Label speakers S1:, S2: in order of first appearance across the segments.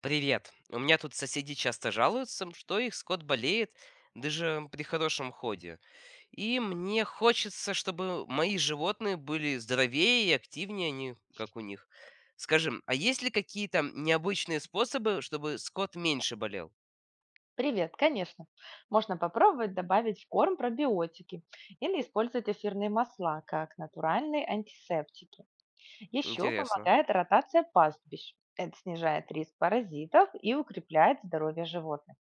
S1: Привет. У меня тут соседи часто жалуются, что их скот болеет даже при хорошем ходе. И мне хочется, чтобы мои животные были здоровее и активнее, они как у них. Скажем, а есть ли какие-то необычные способы, чтобы скот меньше болел?
S2: Привет, конечно. Можно попробовать добавить в корм пробиотики или использовать эфирные масла как натуральные антисептики. Еще
S1: Интересно.
S2: помогает ротация пастбищ. Это снижает риск паразитов и укрепляет здоровье животных.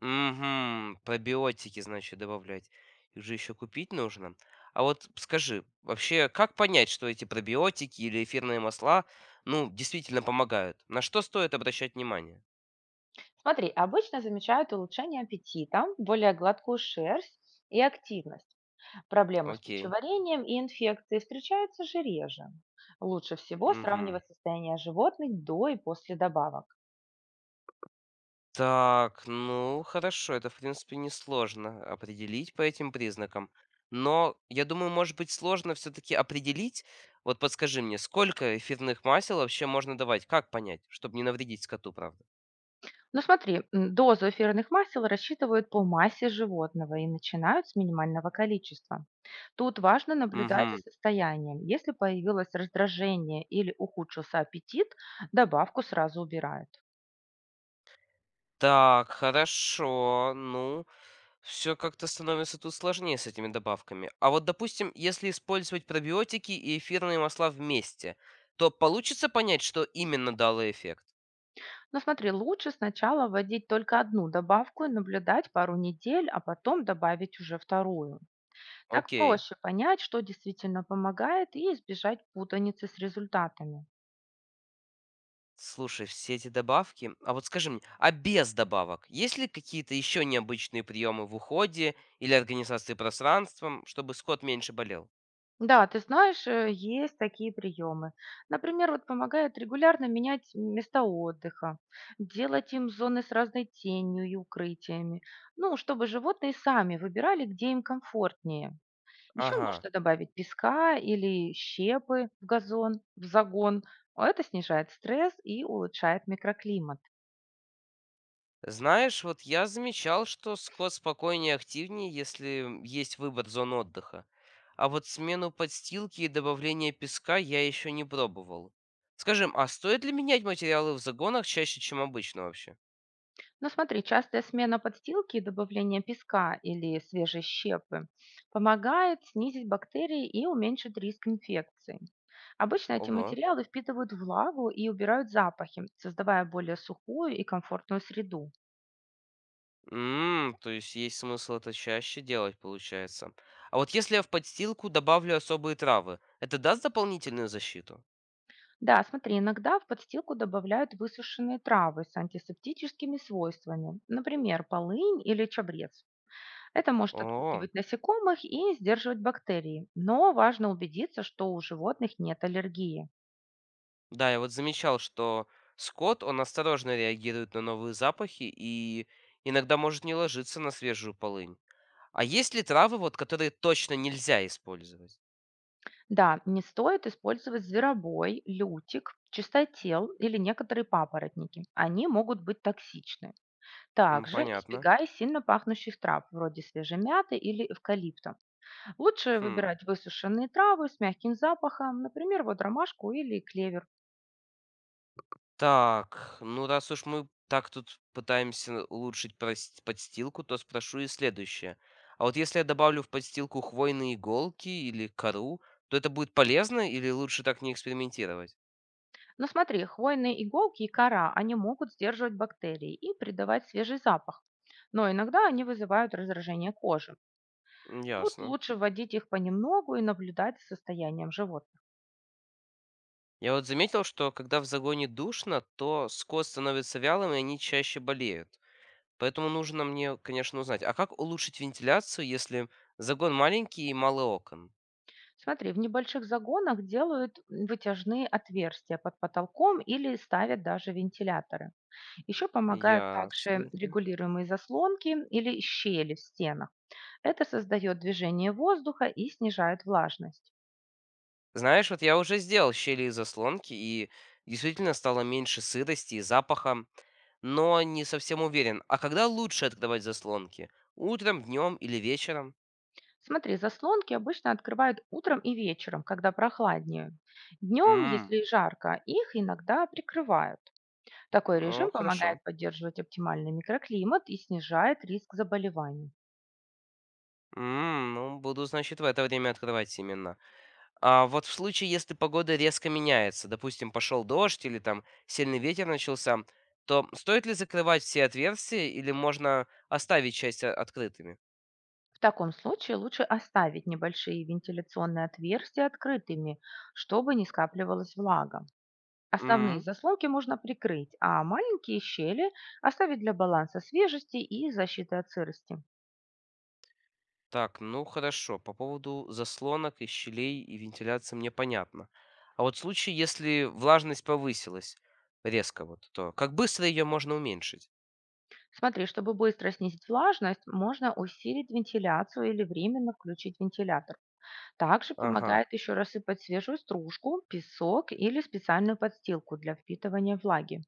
S1: Мгм. Пробиотики, значит, добавлять. Их же еще купить нужно. А вот скажи, вообще, как понять, что эти пробиотики или эфирные масла, ну, действительно помогают? На что стоит обращать внимание?
S2: Смотри, обычно замечают улучшение аппетита, более гладкую шерсть и активность. Проблемы с
S1: Окей.
S2: пищеварением и инфекции встречаются же реже. Лучше всего
S1: Мгм.
S2: сравнивать состояние животных до и после добавок.
S1: Так, ну, хорошо, это, в принципе, несложно определить по этим признакам. Но, я думаю, может быть, сложно все-таки определить. Вот подскажи мне, сколько эфирных масел вообще можно давать? Как понять, чтобы не навредить скоту, правда?
S2: Ну смотри, дозу эфирных масел рассчитывают по массе животного и начинают с минимального количества. Тут важно наблюдать за
S1: Угу.
S2: состоянием. Если появилось раздражение или ухудшился аппетит, добавку сразу убирают.
S1: Так, хорошо. Ну, все как-то становится тут сложнее с этими добавками. А вот, допустим, если использовать пробиотики и эфирные масла вместе, то получится понять, что именно дало эффект?
S2: Но смотри, лучше сначала вводить только одну добавку и наблюдать пару недель, а потом добавить уже вторую. Так
S1: Окей.
S2: проще понять, что действительно помогает, и избежать путаницы с результатами.
S1: Слушай, все эти добавки. А вот скажи мне, а без добавок, есть ли какие-то еще необычные приемы в уходе или организации пространством, чтобы скот меньше болел?
S2: Да, ты знаешь, есть такие приемы. Например, вот помогает регулярно менять места отдыха, делать им зоны с разной тенью и укрытиями, ну, чтобы животные сами выбирали, где им комфортнее. Еще
S1: Ага.
S2: можно добавить песка или щепы в газон, в загон. А это снижает стресс и улучшает микроклимат.
S1: Знаешь, вот я замечал, что скот спокойнее и активнее, если есть выбор зон отдыха. А вот смену подстилки и добавление песка я еще не пробовал. Скажем, а стоит ли менять материалы в загонах чаще, чем обычно вообще?
S2: Но смотри, частая смена подстилки и добавление песка или свежей щепы помогает снизить бактерии и уменьшить риск инфекции. Обычно эти
S1: Ого.
S2: материалы впитывают влагу и убирают запахи, создавая более сухую и комфортную среду.
S1: Ммм, то есть есть смысл это чаще делать, получается. А вот если я в подстилку добавлю особые травы, это даст дополнительную защиту?
S2: Да, смотри, иногда в подстилку добавляют высушенные травы с антисептическими свойствами, например, полынь или чабрец. Это может
S1: О,
S2: отпугивать насекомых и сдерживать бактерии, но важно убедиться, что у животных нет аллергии.
S1: да, я вот замечал, что скот, он осторожно реагирует на новые запахи и иногда может не ложиться на свежую полынь. А есть ли травы, вот, которые точно нельзя использовать?
S2: Да, не стоит использовать зверобой, лютик, чистотел или некоторые папоротники. Они могут быть токсичны.
S1: М,
S2: Также
S1: понятно.
S2: избегай сильно пахнущих трав, вроде свежей мяты или эвкалипта. Лучше
S1: Хм.
S2: выбирать высушенные травы с мягким запахом, например, вот ромашку или клевер.
S1: Так, ну раз уж мы так тут пытаемся улучшить подстилку, то спрошу и следующее. А вот если я добавлю в подстилку хвойные иголки или кору, то это будет полезно или лучше так не экспериментировать?
S2: Но смотри, хвойные иголки и кора, они могут сдерживать бактерии и придавать свежий запах. Но иногда они вызывают раздражение кожи.
S1: М,
S2: Тут
S1: ясно.
S2: лучше вводить их понемногу и наблюдать за состоянием животных.
S1: Я вот заметил, что когда в загоне душно, то скот становится вялым, и они чаще болеют. Поэтому нужно мне, конечно, узнать, а как улучшить вентиляцию, если загон маленький и мало окон?
S2: Смотри, в небольших загонах делают вытяжные отверстия под потолком или ставят даже вентиляторы. Еще помогают также
S1: Ясненько.
S2: регулируемые заслонки или щели в стенах. Это создает движение воздуха и снижает влажность.
S1: Знаешь, вот я уже сделал щели и заслонки, и действительно стало меньше сырости и запаха, но не совсем уверен. А когда лучше открывать заслонки? Утром, днем или вечером?
S2: Смотри, заслонки обычно открывают утром и вечером, когда прохладнее. Днем,
S1: М,
S2: если жарко, их иногда прикрывают. Такой
S1: ну,
S2: режим
S1: хорошо.
S2: помогает поддерживать оптимальный микроклимат и снижает риск заболеваний.
S1: М, ну, буду, значит, в это время открывать именно. А вот в случае, если погода резко меняется, допустим, пошел дождь или там сильный ветер начался, то стоит ли закрывать все отверстия или можно оставить часть открытыми?
S2: В таком случае лучше оставить небольшие вентиляционные отверстия открытыми, чтобы не скапливалась влага. Основные
S1: М.
S2: заслонки можно прикрыть, а маленькие щели оставить для баланса свежести и защиты от сырости.
S1: Так, ну хорошо. По поводу заслонок и щелей и вентиляции мне понятно. А вот в случае, если влажность повысилась резко, вот, то как быстро ее можно уменьшить?
S2: Смотри, чтобы быстро снизить влажность, можно усилить вентиляцию или временно включить вентилятор. Также
S1: Ага.
S2: помогает еще рассыпать свежую стружку, песок или специальную подстилку для впитывания влаги.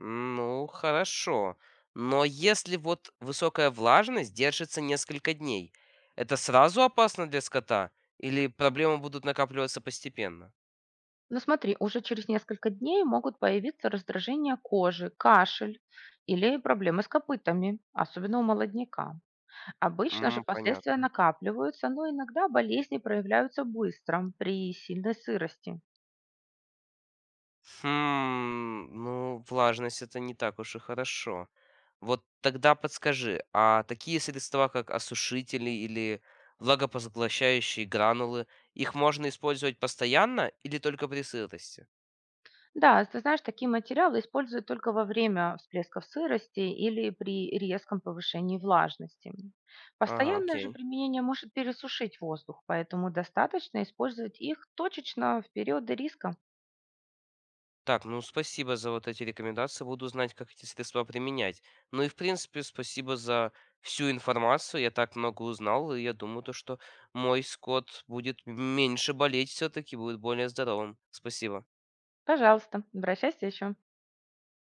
S1: Ну, хорошо. Но если вот высокая влажность держится несколько дней, это сразу опасно для скота? Или проблемы будут накапливаться постепенно?
S2: Ну смотри, уже через несколько дней могут появиться раздражение кожи, кашель или проблемы с копытами, особенно у молодняка. Обычно же
S1: М,
S2: последствия
S1: понятно.
S2: накапливаются, но иногда болезни проявляются быстро при сильной сырости.
S1: Хм, ну, влажность это не так уж и хорошо. Вот тогда подскажи, а такие средства, как осушители или влагопоглощающие гранулы, их можно использовать постоянно или только при сырости?
S2: Да, ты знаешь, такие материалы используют только во время всплесков сырости или при резком повышении влажности.
S1: Ага,
S2: Постоянное же
S1: окей.
S2: применение может пересушить воздух, поэтому достаточно использовать их точечно в периоды риска.
S1: Так, ну спасибо за вот эти рекомендации. Буду знать, как эти средства применять. Ну и в принципе, спасибо за всю информацию. Я так много узнал, и я думаю, то, что мой скот будет меньше болеть все-таки, будет более здоровым. Спасибо.
S2: Пожалуйста, обращайся еще.